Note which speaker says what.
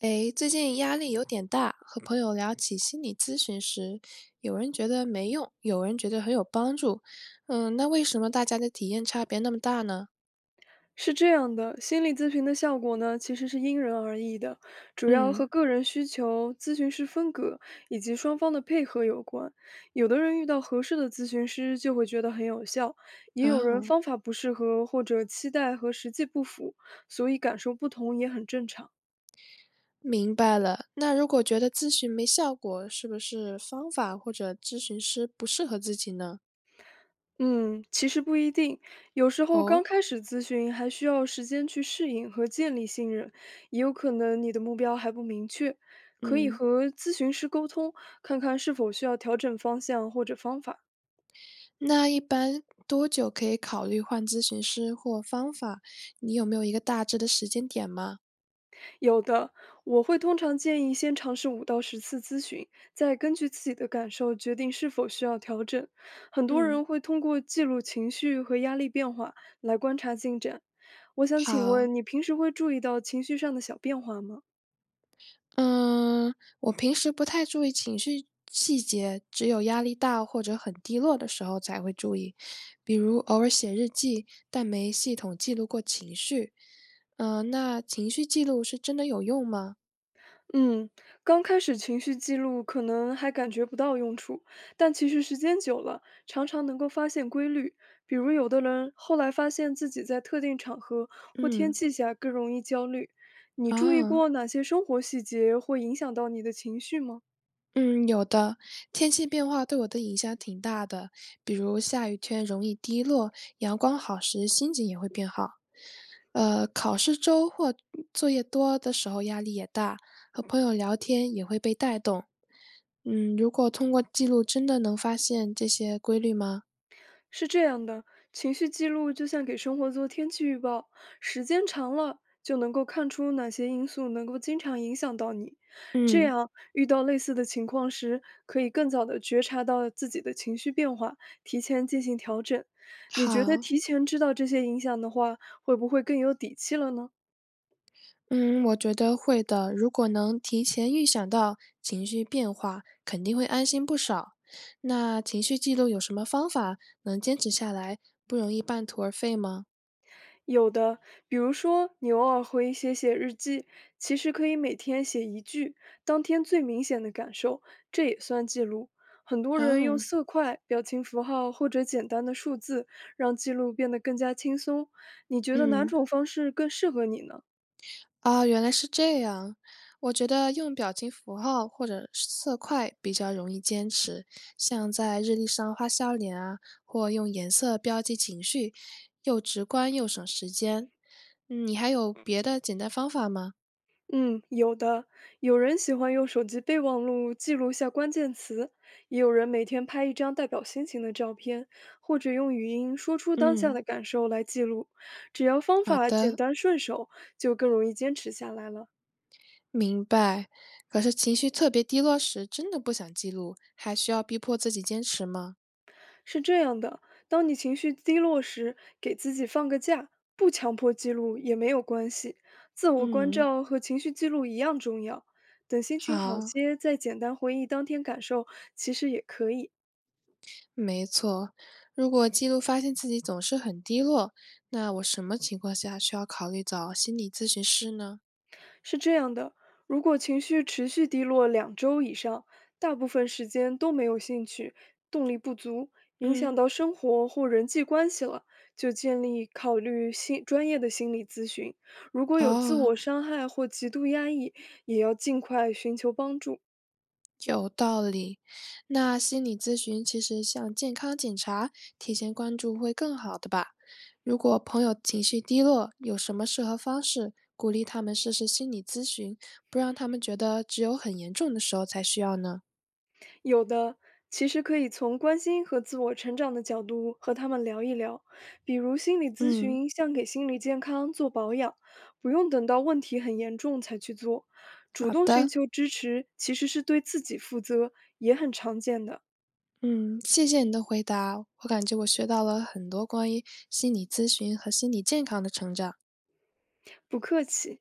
Speaker 1: 诶，最近压力有点大，和朋友聊起心理咨询时，有人觉得没用，有人觉得很有帮助。嗯，那为什么大家的体验差别那么大呢？
Speaker 2: 是这样的，心理咨询的效果呢，其实是因人而异的，主要
Speaker 1: 嗯，
Speaker 2: 和个人需求、咨询师风格以及双方的配合有关。有的人遇到合适的咨询师就会觉得很有效，也有人
Speaker 1: 啊，
Speaker 2: 方法不适合或者期待和实际不符，所以感受不同也很正常。
Speaker 1: 明白了。那如果觉得咨询没效果，是不是方法或者咨询师不适合自己呢？
Speaker 2: 嗯，其实不一定，有时候
Speaker 1: 哦，
Speaker 2: 刚开始咨询还需要时间去适应和建立信任，也有可能你的目标还不明确，可以
Speaker 1: 嗯，
Speaker 2: 和咨询师沟通，看看是否需要调整方向或者方法。
Speaker 1: 那一般多久可以考虑换咨询师或方法？你有没有一个大致的时间点吗？
Speaker 2: 有的，我会通常建议先尝试5到10次咨询，再根据自己的感受决定是否需要调整。很多
Speaker 1: 嗯，
Speaker 2: 人会通过记录情绪和压力变化来观察进展。我想请
Speaker 1: 好。
Speaker 2: 问你平时会注意到情绪上的小变化吗？
Speaker 1: 嗯，我平时不太注意情绪细节，只有压力大或者很低落的时候才会注意，比如偶尔写日记，但没系统记录过情绪。嗯，那情绪记录是真的有用吗？
Speaker 2: 嗯，刚开始情绪记录可能还感觉不到用处，但其实时间久了，常常能够发现规律。比如，有的人后来发现自己在特定场合或天
Speaker 1: 嗯，
Speaker 2: 气下更容易焦虑。你注意
Speaker 1: 啊。
Speaker 2: 过哪些生活细节会影响到你的情绪吗？
Speaker 1: 嗯，有的。天气变化对我的影响挺大的，比如下雨天容易低落，阳光好时心情也会变好。考试周或作业多的时候压力也大，和朋友聊天也会被带动。嗯，如果通过记录真的能发现这些规律吗？
Speaker 2: 是这样的，情绪记录就像给生活做天气预报，时间长了就能够看出哪些因素能够经常影响到你。这
Speaker 1: 嗯，
Speaker 2: 样，遇到类似的情况时，可以更早的觉察到自己的情绪变化，提前进行调整。你觉得
Speaker 1: 好。
Speaker 2: 提前知道这些影响的话，会不会更有底气了呢？
Speaker 1: 嗯，我觉得会的。如果能提前预想到情绪变化，肯定会安心不少。那情绪记录有什么方法能坚持下来，不容易半途而废吗？
Speaker 2: 有的，比如说你偶尔会写写日记，其实可以每天写一句当天最明显的感受，这也算记录。很多人用
Speaker 1: 哦，
Speaker 2: 色块、表情符号或者简单的数字，让记录变得更加轻松。你觉得哪
Speaker 1: 嗯，
Speaker 2: 种方式更适合你呢？
Speaker 1: 啊，原来是这样。我觉得用表情符号或者是色块比较容易坚持，像在日历上画笑脸啊，或用颜色标记情绪，又直观又省时间。嗯，你还有别的简单方法吗？
Speaker 2: 嗯，有的。有人喜欢用手机备忘录记录下关键词，也有人每天拍一张代表心情的照片，或者用语音说出当下
Speaker 1: 嗯，
Speaker 2: 的感受来记录。只要方
Speaker 1: 好
Speaker 2: 法简
Speaker 1: 的。
Speaker 2: 单顺手，就更容易坚持下来了。
Speaker 1: 明白。可是情绪特别低落时，真的不想记录，还需要逼迫自己坚持吗？
Speaker 2: 是这样的，当你情绪低落时，给自己放个假，不强迫记录也没有关系。自我关
Speaker 1: 嗯，
Speaker 2: 照和情绪记录一样重要。等心情好
Speaker 1: 好，
Speaker 2: 些，再简单回忆当天感受，其实也可以。
Speaker 1: 没错。如果记录发现自己总是很低落，那我什么情况下需要考虑找心理咨询师呢？
Speaker 2: 是这样的，如果情绪持续低落2周以上，大部分时间都没有兴趣，动力不足，影
Speaker 1: 嗯，
Speaker 2: 响到生活或人际关系了，就建议考虑心专业的心理咨询。如果有自
Speaker 1: 哦。
Speaker 2: 我伤害或极度压抑，也要尽快寻求帮助。
Speaker 1: 有道理。那心理咨询其实像健康检查，提前关注会更好的吧？如果朋友情绪低落，有什么适合方式鼓励他们试试心理咨询，不让他们觉得只有很严重的时候才需要呢？
Speaker 2: 有的，其实可以从关心和自我成长的角度和他们聊一聊，比如心理咨
Speaker 1: 嗯，
Speaker 2: 询像给心理健康做保养，不用等到问题很严重才去做。主
Speaker 1: 好
Speaker 2: 动寻
Speaker 1: 的。
Speaker 2: 求支持其实是对自己负责，也很常见的。
Speaker 1: 嗯，谢谢你的回答，我感觉我学到了很多关于心理咨询和心理健康的成长。
Speaker 2: 不客气。